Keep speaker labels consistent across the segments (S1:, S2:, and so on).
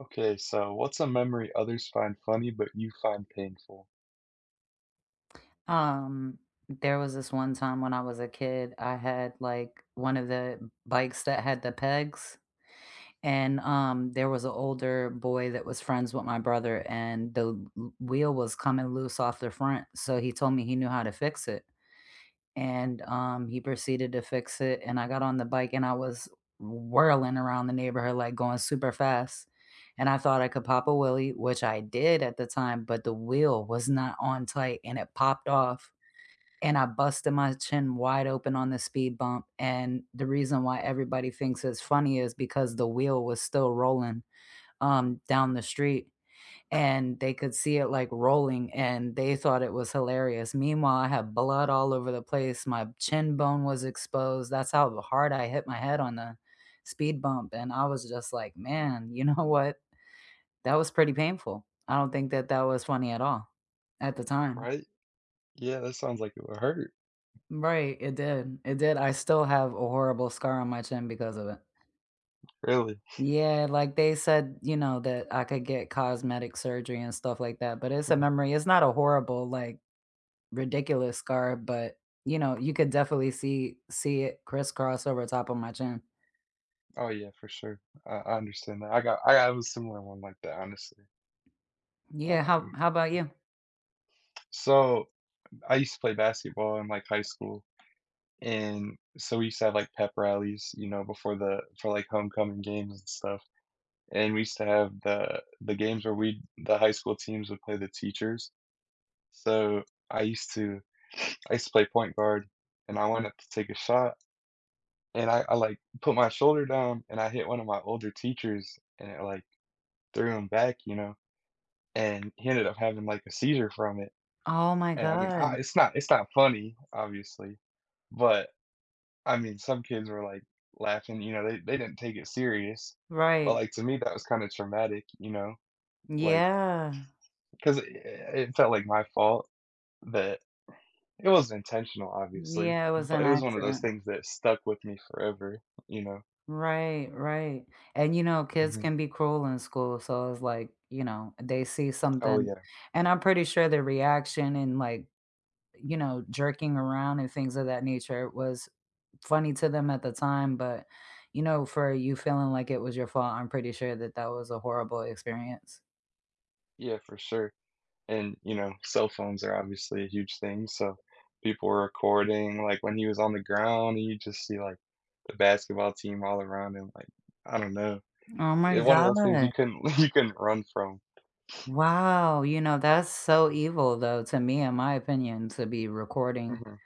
S1: Okay, so what's a memory others find funny but you find painful?
S2: Um, there was this one time when I was a kid. I had, like, one of the bikes that had the pegs, and, there was an older boy that was friends with my brother, and the w wheel was coming loose off the front, so he told me he knew how to fix it, and, he proceeded to fix it, and I got on the bike, and I was whirling around the neighborhood, like, going super fast, and I thought I could pop a wheelie, which I did at the time, but the wheel was not on tight, and it popped off and I busted my chin wide open on the speed bump. And the reason why everybody thinks it's funny is because the wheel was still rolling down the street, and they could see it like rolling and they thought it was hilarious. Meanwhile, I had blood all over the place. My chin bone was exposed. That's how hard I hit my head on the speed bump. And I was just like, man, you know what? That was pretty painful. I don't think that that was funny at all at the time.
S1: Right? Yeah, that sounds like it would hurt.
S2: Right, it did, it did. I still have a horrible scar on my chin because of it.
S1: Really?
S2: Yeah, like, they said, you know, that I could get cosmetic surgery and stuff like that, but it's a
S1: Mhm.
S2: memory. It's not a horrible, like, ridiculous scar, but, you could definitely see it crisscross over top of my chin.
S1: Oh yeah, for sure. I understand that. I have a similar one like that, honestly.
S2: Yeah, how
S1: Um,
S2: how about you?
S1: so I used to play basketball in like high school, and so we used to have like pep rallies, you know, before the for like homecoming games and stuff. And we used to have the games where we the high school teams would play the teachers. So I used to I used to play point guard, and I went up to take a shot, and I, like, put my shoulder down, and I hit one of my older teachers, and it, like, threw him back, you know, and he ended up having, like, a seizure from it,
S2: Oh my
S1: and, I mean, I
S2: god.
S1: it's not funny, obviously, but, I mean, some kids were, like, laughing, you know, they didn't take it serious, but,
S2: Right.
S1: like, to me, that was kinda traumatic, you know, like,
S2: Yeah.
S1: 'cause it felt like my fault that it wasn't intentional, obviously,
S2: Yeah, it was
S1: but
S2: an
S1: it was one of those
S2: accident.
S1: things that stuck with me forever, you know?
S2: Right, right. And, kids
S1: Mhm.
S2: can be cruel in school, so it's like, they see
S1: Oh,
S2: something
S1: yeah.
S2: and I'm pretty sure the reaction and, like, jerking around and things of that nature was funny to them at the time, but, for you feeling like it was your fault, I'm pretty sure that that was a horrible experience.
S1: Yeah, for sure. And, you know, cell phones are obviously a huge thing, so people were recording, like, when he was on the ground, and you just see, like, the basketball team all around him, like, I don't know.
S2: Oh my
S1: It's one of
S2: god.
S1: those things you couldn't you couldn't run from.
S2: Wow, that's so evil though, to me, in my opinion, to be recording
S1: Mhm.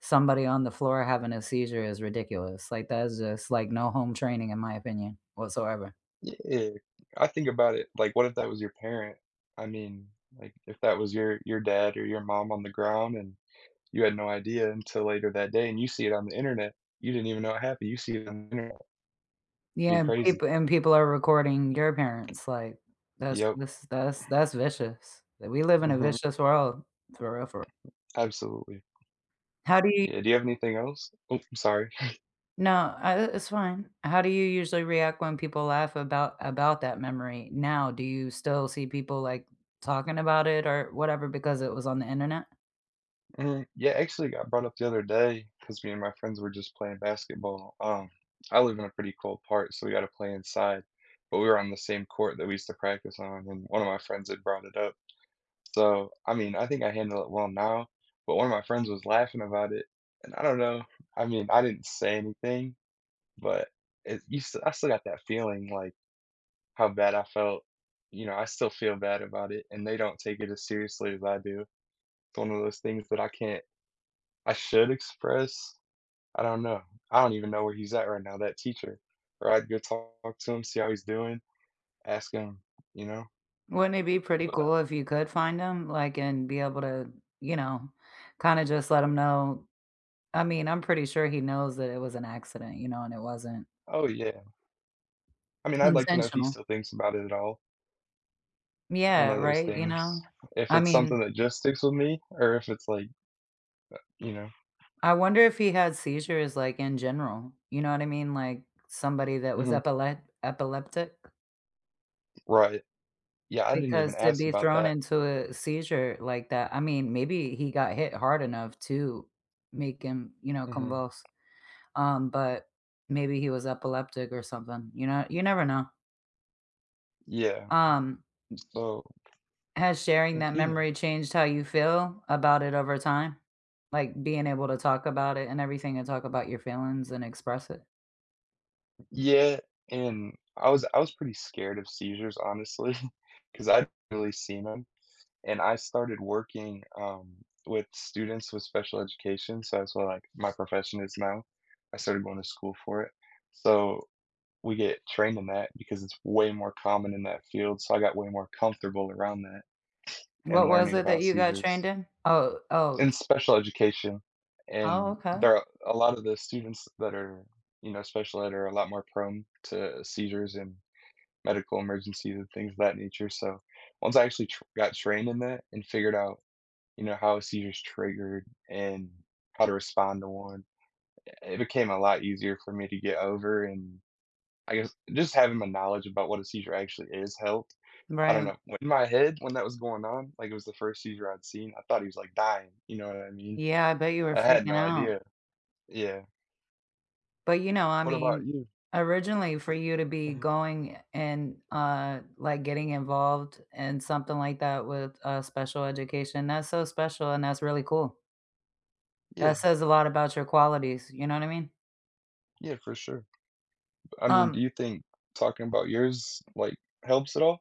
S2: somebody on the floor having a seizure is ridiculous. Like, that's just, like, no home training in my opinion whatsoever.
S1: Yeah. I think about it, like, what if that was your parent? I mean, like, if that was your dad or your mom on the ground and you had no idea until later that day, and you see it on the internet. You didn't even know it happened. You see it on the internet.
S2: Yeah,
S1: It'd be
S2: and
S1: crazy.
S2: people are recording your parents, like,
S1: Yep.
S2: that's vicious. That We live in a
S1: Mhm.
S2: vicious world, for real, for real.
S1: Absolutely.
S2: How do you
S1: Yeah, do you have anything else? Oh, I'm sorry.
S2: No, it's fine. How do you usually react when people laugh about that memory now? Do you still see people, like, talking about it or whatever because it was on the internet?
S1: Mm, yeah, actually got brought up the other day because me and my friends were just playing basketball. I live in a pretty cold part, so we gotta play inside, but we were on the same court that we used to practice on, and one of my friends had brought it up. So, I mean, I think I handle it well now, but one of my friends was laughing about it, and I don't know. I mean, I didn't say anything, but it you s I still got that feeling, like, how bad I felt. You know, I still feel bad about it, and they don't take it as seriously as I do. It's one of those things that I should express. I don't know. I don't even know where he's at right now, that teacher, or I'd go talk to him, see how he's doing, ask him, you know?
S2: Wouldn't it be pretty
S1: But,
S2: cool if you could find him, like, and be able to, you know, kinda just let him know I mean, I'm pretty sure he knows that it was an accident, you know, and it wasn't
S1: oh, yeah. I mean, I'd like to know if he
S2: intentional.
S1: still thinks about it at all. One
S2: Yeah,
S1: of those
S2: right, you
S1: things.
S2: know?
S1: If
S2: I
S1: it's
S2: mean,
S1: something that just sticks with me or if it's like, you know.
S2: I wonder if he had seizures, like, in general, you know what I mean? Like, somebody that was
S1: Mhm,
S2: epileptic?
S1: right. Yeah, I didn't even
S2: Because to
S1: ask
S2: be
S1: about
S2: thrown
S1: that.
S2: into a seizure like that I mean, maybe he got hit hard enough to make him, you know,
S1: Mhm.
S2: convulse. But maybe he was epileptic or something, you know? You never know.
S1: Yeah,
S2: Um,
S1: so,
S2: has sharing
S1: mm,
S2: that
S1: you know,
S2: memory changed how you feel about it over time? Like, being able to talk about it and everything and talk about your feelings and express it?
S1: yeah, and I was pretty scared of seizures, honestly, because 'cause I'd really seen them. And I started working, with students with special education, so that's what, like, my profession is now. I started going to school for it, so we get trained in that because it's way more common in that field, so I got way more comfortable around that and
S2: What was
S1: learning
S2: it that
S1: about
S2: you got
S1: seizures.
S2: trained in? Oh, oh,
S1: In special education,
S2: oh,
S1: and
S2: okay.
S1: there are a lot of the students that are, you know, special ed are a lot more prone to seizures and medical emergencies and things of that nature. So once I actually got trained in that and figured out, you know, how a seizure's triggered and how to respond to one, it became a lot easier for me to get over. And I guess just having my knowledge about what a seizure actually is helped. I don't
S2: Right.
S1: know. In my head, when that was going on, like it was the first seizure I'd seen, I thought he was like dying. You know what I mean?
S2: Yeah, I bet you were
S1: I had
S2: freaking
S1: no
S2: out.
S1: idea. Yeah.
S2: But, you know, I
S1: What about
S2: mean,
S1: you?
S2: originally for you to be
S1: Mhm.
S2: going and, like, getting involved in something like that with, special education, that's so special and that's really cool.
S1: Yeah,
S2: That says a lot about your qualities, you know what I mean?
S1: yeah, for sure. I mean,
S2: Um,
S1: do you think talking about yours, like, helps at all?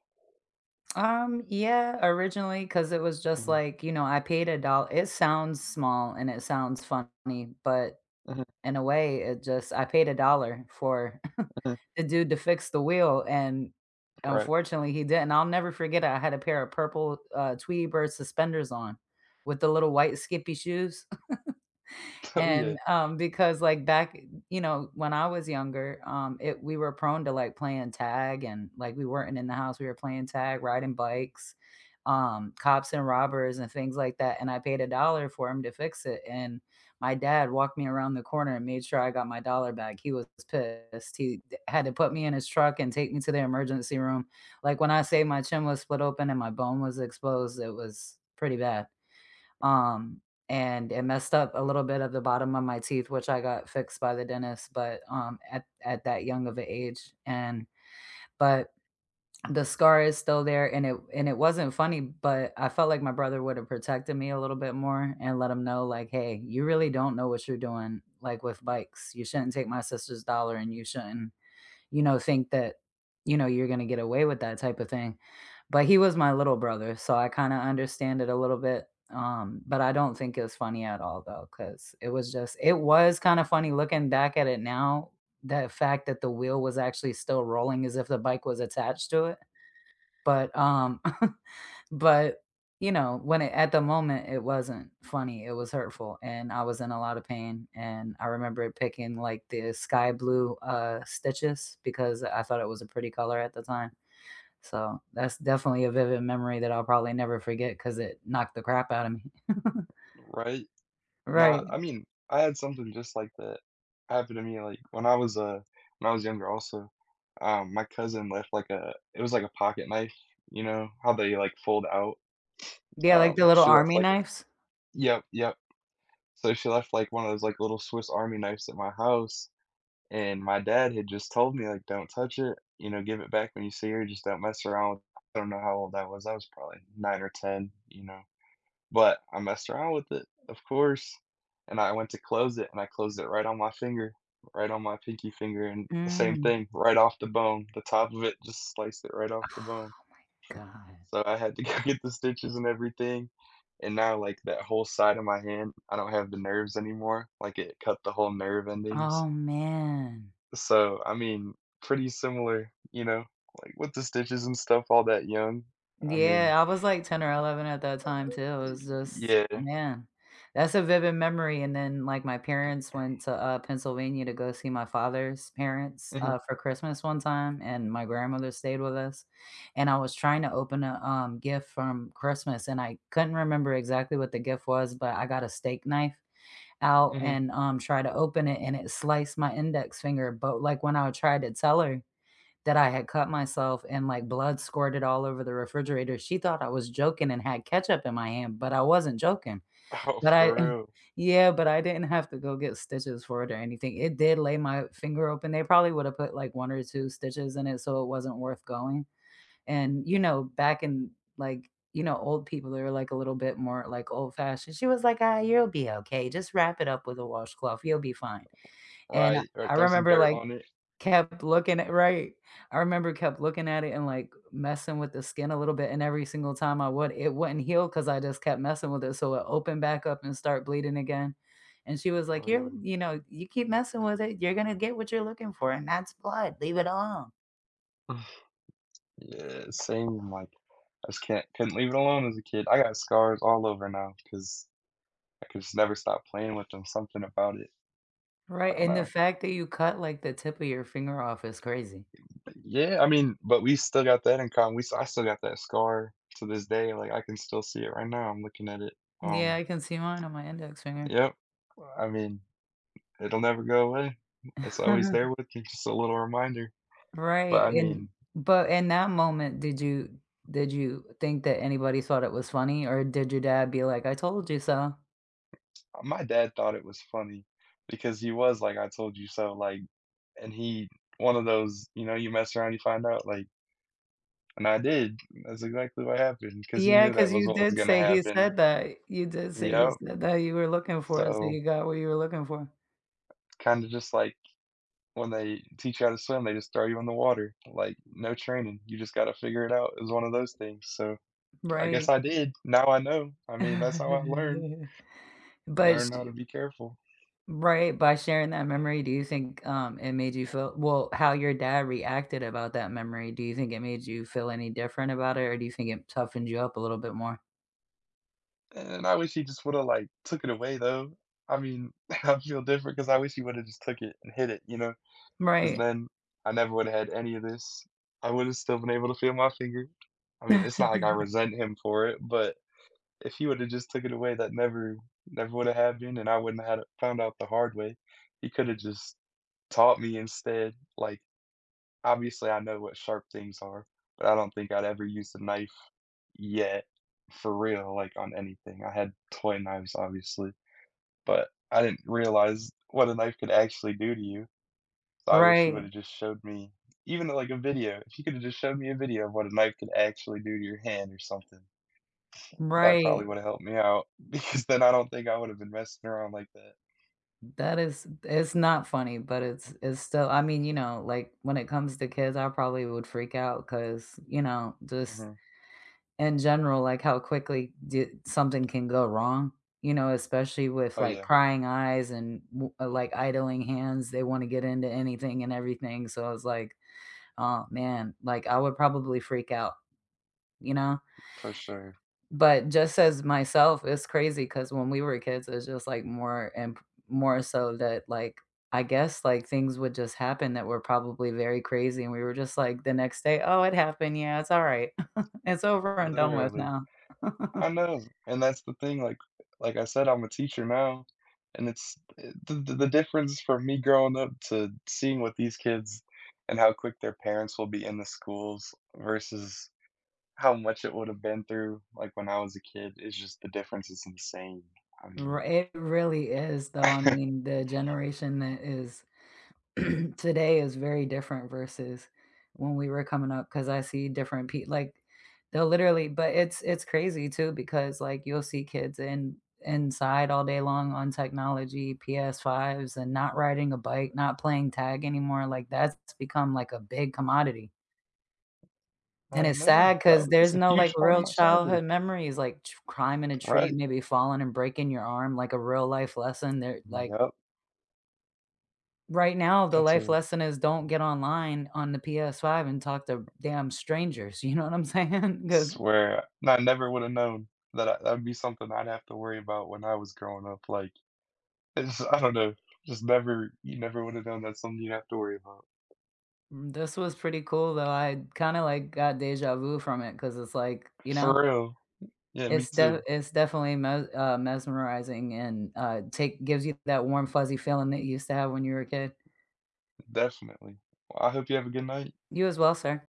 S2: yeah, originally, because it was just
S1: Mhm,
S2: like, you know, I paid a dollar. It sounds small and it sounds funny, but
S1: mhm,
S2: in a way, it just I paid a dollar for
S1: mhm.
S2: the dude to fix the wheel, and
S1: Right.
S2: unfortunately, he didn't. I'll never forget it, I had a pair of purple, Tweety Bird suspenders on with the little white skippy shoes.
S1: Oh, yeah.
S2: And, because, like, back you know, when I was younger, it we were prone to, like, playing tag and, like, we weren't in the house, we were playing tag, riding bikes, cops and robbers and things like that, and I paid a dollar for him to fix it, and my dad walked me around the corner and made sure I got my dollar back. He was pissed, he d had to put me in his truck and take me to the emergency room. Like, when I say my chin was split open and my bone was exposed, it was pretty bad. Um, and it messed up a little bit of the bottom of my teeth, which I got fixed by the dentist, but at that young of an age, and but the scar is still there, and it wasn't funny, but I felt like my brother would have protected me a little bit more and let him know, like, hey, you really don't know what you're doing, like with bikes. You shouldn't take my sister's dollar, and you shouldn't think that, you're gonna get away with that type of thing. But he was my little brother, so I kinda understand it a little bit, but I don't think it's funny at all though, because it was kinda funny looking back at it now, the fact that the wheel was actually still rolling as if the bike was attached to it, but, But, when it at the moment, it wasn't funny, it was hurtful, and I was in a lot of pain, and I remember picking, like, the sky blue, stitches because I thought it was a pretty color at the time. So, that's definitely a vivid memory that I'll probably never forget because it knocked the crap out of me.
S1: Right? Nah,
S2: Right.
S1: I mean, I had something just like that happen to me, like, when I was younger also, my cousin left, like, a it was like a pocket knife, you know, how they, like, fold out?
S2: Yeah, like the little
S1: She left,
S2: army
S1: like a
S2: knives?
S1: Yep, yep. So she left, like, one of those, like, little Swiss Army knives at my house. And my dad had just told me, like, "Don't touch it, you know, give it back when you see her, just don't mess around with." I don't know how old I was probably 9 or 10, you know, but I messed around with it, of course, and I went to close it, and I closed it right on my finger, right on my pinky finger, and the same
S2: Mm.
S1: thing, right off the bone, the top of it just sliced it right off the
S2: Oh
S1: bone.
S2: god.
S1: So I had to go get the stitches and everything, and now, like, that whole side of my hand, I don't have the nerves anymore, like, it cut the whole nerve endings,
S2: Oh, man.
S1: so, I mean, pretty similar, you know, like with the stitches and stuff all that young. I mean,
S2: Yeah, I was like 10 or 11 at that
S1: uh,
S2: time too, it was
S1: y
S2: just
S1: yeah.
S2: man, that's a vivid memory, and then, like, my parents went to, Pennsylvania to go see my father's parents,
S1: Mhm,
S2: for Christmas one time, and my grandmother stayed with us, and I was trying to open a, gift from Christmas, and I couldn't remember exactly what the gift was, but I got a steak knife out
S1: mhm.
S2: and, tried to open it, and it sliced my index finger, but, like, when I tried to tell her that I had cut myself and, like, blood squirted all over the refrigerator. She thought I was joking and had ketchup in my hand, but I wasn't joking.
S1: Oh,
S2: But
S1: for
S2: I
S1: real,
S2: Yeah, but I didn't have to go get stitches for it or anything. It did lay my finger open. They probably would have put, like, 1 or 2 stitches in it, so it wasn't worth going. And, you know, back in, like, you know, old people, they're, like, a little bit more, like, old-fashioned. She was like, "Ah, you'll be okay. Just wrap it up with a washcloth. You'll be fine." And I
S1: right, right,
S2: I
S1: throw some
S2: remember,
S1: dirt
S2: like
S1: on it.
S2: Kept looking at right. I remember kept looking at it and, like, messing with the skin a little bit, and every single time I would, it wouldn't heal because I just kept messing with it, so it opened back up and start bleeding again, and she was
S1: Oh,
S2: like, "You're
S1: yeah.
S2: you know, you keep messing with it, you're gonna get what you're looking for, and that's blood, leave it alone."
S1: Yeah, same, like, I just can't couldn't leave it alone as a kid. I got scars all over now because I could just never stop playing with them, something about it, I
S2: Right,
S1: don't
S2: and the
S1: know.
S2: fact that you cut, like, the tip of your finger off is crazy.
S1: Yeah, I mean, but we still got that in common, we s I still got that scar to this day, like, I can still see it right now, I'm looking at it,
S2: Yeah,
S1: um.
S2: I can see mine on my index finger.
S1: Yep. I mean, it'll never go away. It's always there with you, just a little reminder. But
S2: Right,
S1: I mean,
S2: and but in that moment, did you think that anybody thought it was funny, or did your dad be like, "I told you so?"
S1: my dad thought it was funny because he was like, I told you so, like, and he, one of those, you know, you mess around, you find out, like, and I did. That's exactly what happened because he
S2: Yeah,
S1: knew that
S2: because
S1: was what was going to happen.
S2: you did say he
S1: Yep.
S2: said that you were looking for it, so
S1: So
S2: you got what you were looking for.
S1: kind of just like when they teach you how to swim, they just throw you in the water, like, no training. You just got to figure it out. It was one of those things. So I guess
S2: Right.
S1: I did. Now I know. I mean, that's how I learned.
S2: But
S1: Learned how
S2: sh
S1: to be careful.
S2: right, by sharing that memory, do you think, it made you feel well, how your dad reacted about that memory, do you think it made you feel any different about it, or do you think it toughened you up a little bit more?
S1: And I wish he just woulda, like, took it away, though. I mean, I feel different because I wish he woulda just took it and hit it, you know? Because
S2: Right,
S1: then I never woulda had any of this. I woulda still been able to feel my finger. I mean, it's not like I resent him for it, but if he woulda just took it away, that never woulda happened, and I wouldn't have found out the hard way. He coulda just taught me instead, like, obviously, I know what sharp things are, but I don't think I'd ever used a knife yet, for real, like, on anything. I had toy knives, obviously, but I didn't realize what a knife could actually do to you. So I wish you
S2: right,
S1: would've just showed me even, like, a video. If you could've just showed me a video of what a knife could actually do to your hand or something, that probably
S2: right.
S1: would've helped me out because then I don't think I would've been messing around like that.
S2: That is it's not funny, but it's still I mean, you know, like, when it comes to kids, I probably would freak out because, you know, just
S1: Mhm.
S2: in general, like, how quickly d something can go wrong, you know, especially with,
S1: Oh,
S2: like,
S1: yeah,
S2: prying eyes and w like, idling hands, they wanna get into anything and everything, so I was like, "Oh, man," like, I would probably freak out, you know?
S1: for sure.
S2: But just as myself, it's crazy because when we were kids, it's just, like, more so that, like, I guess, like, things would just happen that were probably very crazy, and we were just like, the next day, "Oh, it happened. Yeah, it's alright. It's over and done with
S1: Literally.
S2: now."
S1: I know, and that's the thing, like I said, I'm a teacher now, and it's the difference from me growing up to seeing what these kids and how quick their parents will be in the schools versus how much it would have been through, like, when I was a kid, it's just the difference is insane. I mean.
S2: Ri It really is, though. I mean, the generation that is today is very different versus when we were coming up because I see different people like they'll literally but it's crazy too because like you'll see kids in inside all day long on technology, PS5s and not riding a bike, not playing tag anymore. Like that's become like a big commodity. And
S1: I
S2: it's
S1: know,
S2: sad because
S1: that's
S2: there's
S1: a
S2: no like
S1: huge part of
S2: real
S1: my childhood,
S2: childhood memories, like climbing a tree,
S1: right.
S2: maybe falling and breaking your arm, like a real life lesson. There, like
S1: Yep,
S2: Right now, the
S1: that's
S2: life
S1: a
S2: lesson is don't get online on the PS5 and talk to damn strangers, you know what I'm saying? saying? Because
S1: swear, I never would have known that'd be something I'd have to worry about when I was growing up, like it's I don't know. Just never you never would have known that's something you'd have to worry about.
S2: this was pretty cool, though, I kinda, like, got deja vu from it because it's like, you know,
S1: For real. Yeah, me too.
S2: it's definitely mesmerizing and, take gives you that warm, fuzzy feeling that you used to have when you were a kid.
S1: Definitely. Well, I hope you have a good night.
S2: You as well, sir.